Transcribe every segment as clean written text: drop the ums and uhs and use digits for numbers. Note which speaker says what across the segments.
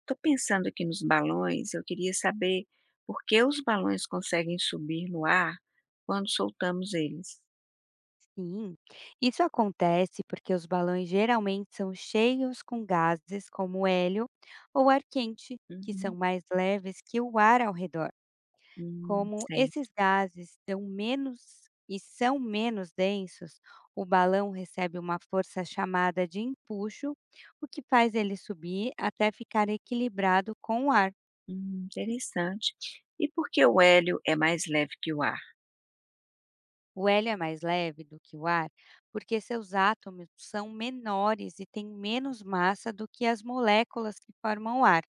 Speaker 1: Estou pensando aqui nos balões, eu queria saber por que os balões conseguem subir no ar quando soltamos eles?
Speaker 2: Sim, isso acontece porque os balões geralmente são cheios com gases como hélio ou ar quente, que são
Speaker 1: Uhum.
Speaker 2: mais leves que o ar ao redor. Como
Speaker 1: Sei.
Speaker 2: esses gases são menos e são menos densos, o balão recebe uma força chamada de empuxo, o que faz ele subir até ficar equilibrado com o ar.
Speaker 1: Interessante. E por que o hélio é mais leve que o ar?
Speaker 2: O hélio é mais leve do que o ar porque seus átomos são menores e têm menos massa do que as moléculas que formam o ar,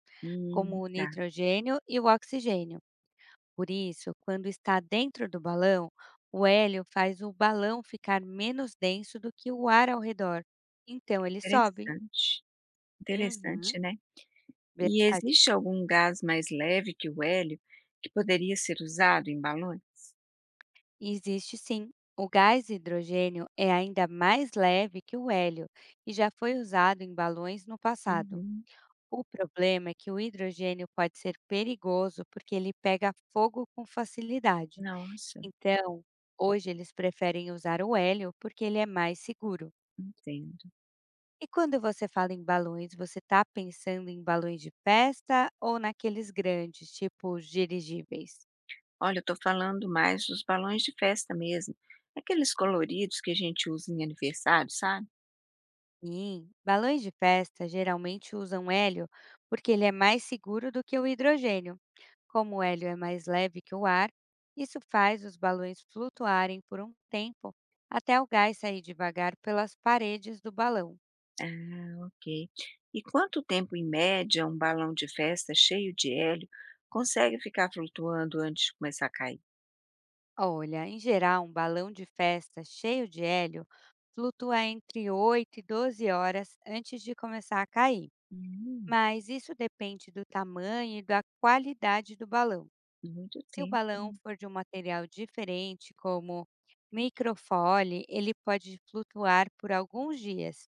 Speaker 2: como o
Speaker 1: Tá.
Speaker 2: nitrogênio e o oxigênio. Por isso, quando está dentro do balão, o hélio faz o balão ficar menos denso do que o ar ao redor. Então ele sobe.
Speaker 1: Interessante.
Speaker 2: Uhum,
Speaker 1: Interessante, né? E
Speaker 2: verdade.
Speaker 1: existe algum gás mais leve que o hélio que poderia ser usado em balões?
Speaker 2: Existe sim. O gás hidrogênio é ainda mais leve que o hélio e já foi usado em balões no passado.
Speaker 1: Uhum.
Speaker 2: O problema é que o hidrogênio pode ser perigoso porque ele pega fogo com facilidade.
Speaker 1: Nossa,
Speaker 2: Então, hoje eles preferem usar o hélio porque ele é mais seguro.
Speaker 1: entendo.
Speaker 2: E quando você fala em balões, você está pensando em balões de festa ou naqueles grandes, tipo dirigíveis?
Speaker 1: Olha, eu estou falando mais dos balões de festa mesmo, aqueles coloridos que a gente usa em aniversário, sabe?
Speaker 2: Sim, balões de festa geralmente usam hélio porque ele é mais seguro do que o hidrogênio. Como o hélio é mais leve que o ar, isso faz os balões flutuarem por um tempo até o gás sair devagar pelas paredes do balão.
Speaker 1: Ah, ok. E quanto tempo, em média, um balão de festa cheio de hélio consegue ficar flutuando antes de começar a cair?
Speaker 2: Olha, em geral, um balão de festa cheio de hélio flutua entre 8 e 12 horas antes de começar a cair,
Speaker 1: Hum,
Speaker 2: mas isso depende do tamanho e da qualidade do balão.
Speaker 1: muito
Speaker 2: Se o
Speaker 1: tempo,
Speaker 2: balão
Speaker 1: né?
Speaker 2: for de um material diferente, como microfole, ele pode flutuar por alguns dias.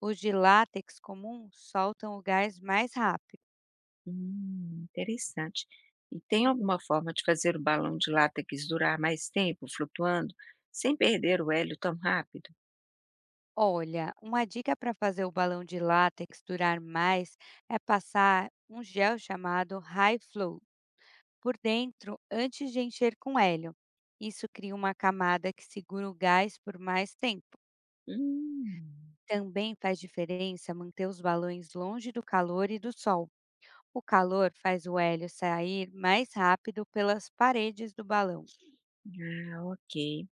Speaker 2: Os de látex comum soltam o gás mais rápido.
Speaker 1: Interessante. E tem alguma forma de fazer o balão de látex durar mais tempo flutuando, sem perder o hélio tão rápido?
Speaker 2: Olha, uma dica para fazer o balão de látex durar mais é passar um gel chamado High Flow por dentro antes de encher com hélio. Isso cria uma camada que segura o gás por mais tempo.
Speaker 1: Hum,
Speaker 2: Também faz diferença manter os balões longe do calor e do sol. O calor faz o hélio sair mais rápido pelas paredes do balão.
Speaker 1: ah, ok.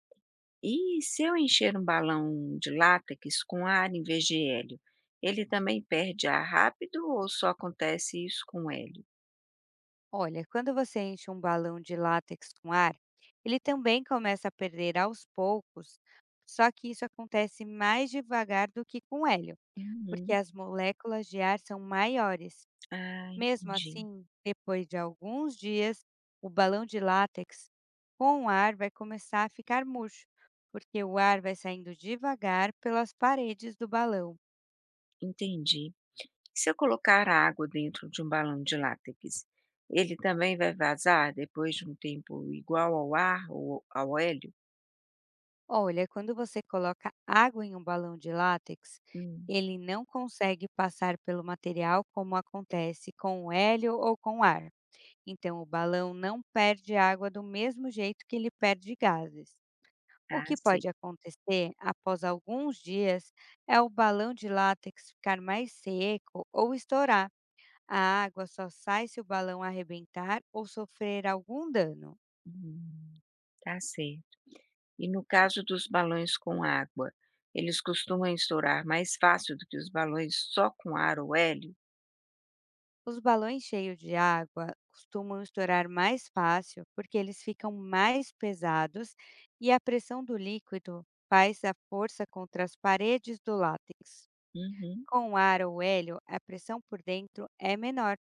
Speaker 1: E se eu encher um balão de látex com ar em vez de hélio, ele também perde ar rápido ou só acontece isso com hélio?
Speaker 2: Olha, quando você enche um balão de látex com ar, ele também começa a perder aos poucos, só que isso acontece mais devagar do que com hélio, porque
Speaker 1: Uhum.
Speaker 2: as moléculas de ar são maiores.
Speaker 1: Ah,
Speaker 2: Mesmo
Speaker 1: entendi,
Speaker 2: assim, depois de alguns dias, o balão de látex com ar vai começar a ficar murcho, porque o ar vai saindo devagar pelas paredes do balão.
Speaker 1: entendi. Se eu colocar água dentro de um balão de látex, ele também vai vazar depois de um tempo igual ao ar ou ao hélio?
Speaker 2: Olha, quando você coloca água em um balão de látex,
Speaker 1: Hum,
Speaker 2: ele não consegue passar pelo material como acontece com o hélio ou com o ar. Então, o balão não perde água do mesmo jeito que ele perde gases. O
Speaker 1: ah,
Speaker 2: que
Speaker 1: sei.
Speaker 2: pode acontecer após alguns dias é o balão de látex ficar mais seco ou estourar. A água só sai se o balão arrebentar ou sofrer algum dano.
Speaker 1: Hum, tá certo. E no caso dos balões com água, eles costumam estourar mais fácil do que os balões só com ar ou hélio?
Speaker 2: Os balões cheios de água costumam estourar mais fácil porque eles ficam mais pesados e a pressão do líquido faz a força contra as paredes do látex.
Speaker 1: Uhum.
Speaker 2: Com o ar ou hélio, a pressão por dentro é menor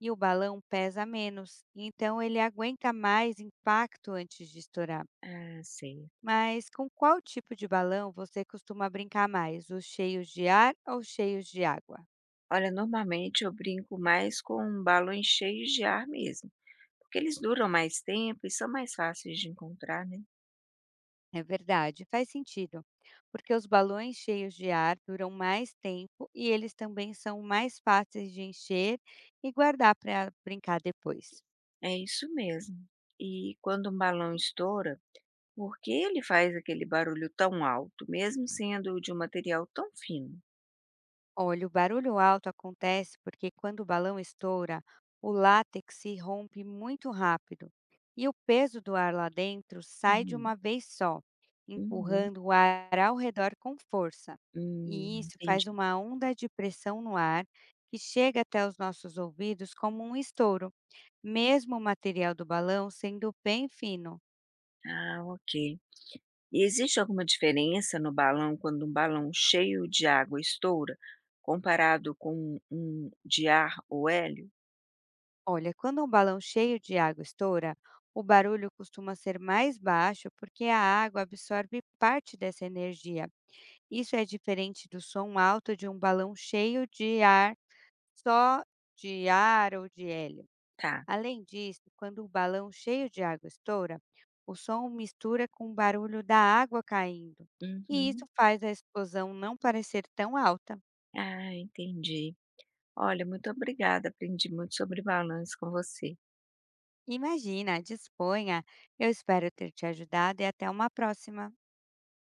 Speaker 2: e o balão pesa menos, então ele aguenta mais impacto antes de estourar.
Speaker 1: Ah, sei.
Speaker 2: Mas com qual tipo de balão você costuma brincar mais, os cheios de ar ou cheios de água?
Speaker 1: Olha, normalmente eu brinco mais com balões cheios de ar mesmo, porque eles duram mais tempo e são mais fáceis de encontrar, né?
Speaker 2: É verdade, faz sentido, porque os balões cheios de ar duram mais tempo e eles também são mais fáceis de encher e guardar para brincar depois.
Speaker 1: É isso mesmo. E quando um balão estoura, por que ele faz aquele barulho tão alto, mesmo sendo de um material tão fino?
Speaker 2: Olha, o barulho alto acontece porque quando o balão estoura, o látex se rompe muito rápido e o peso do ar lá dentro sai de
Speaker 1: Uhum.
Speaker 2: uma vez só,
Speaker 1: Uhum.
Speaker 2: empurrando o ar ao redor com força. E isso faz
Speaker 1: Entendi.
Speaker 2: uma onda de pressão no ar que chega até os nossos ouvidos como um estouro, mesmo o material do balão sendo bem fino.
Speaker 1: Ah, ok. E existe alguma diferença no balão quando um balão cheio de água estoura, comparado com um de ar ou hélio?
Speaker 2: Olha, quando um balão cheio de água estoura, o barulho costuma ser mais baixo porque a água absorve parte dessa energia. Isso é diferente do som alto de um balão cheio de ar, só de ar ou de hélio.
Speaker 1: Tá.
Speaker 2: Além disso, quando o balão cheio de água estoura, o som mistura com o barulho da água caindo, e isso
Speaker 1: Uhum.
Speaker 2: faz a explosão não parecer tão alta.
Speaker 1: Ah, entendi. Olha, muito obrigada. Aprendi muito sobre balões com você.
Speaker 2: Imagina, disponha. Eu espero ter te ajudado e até uma próxima.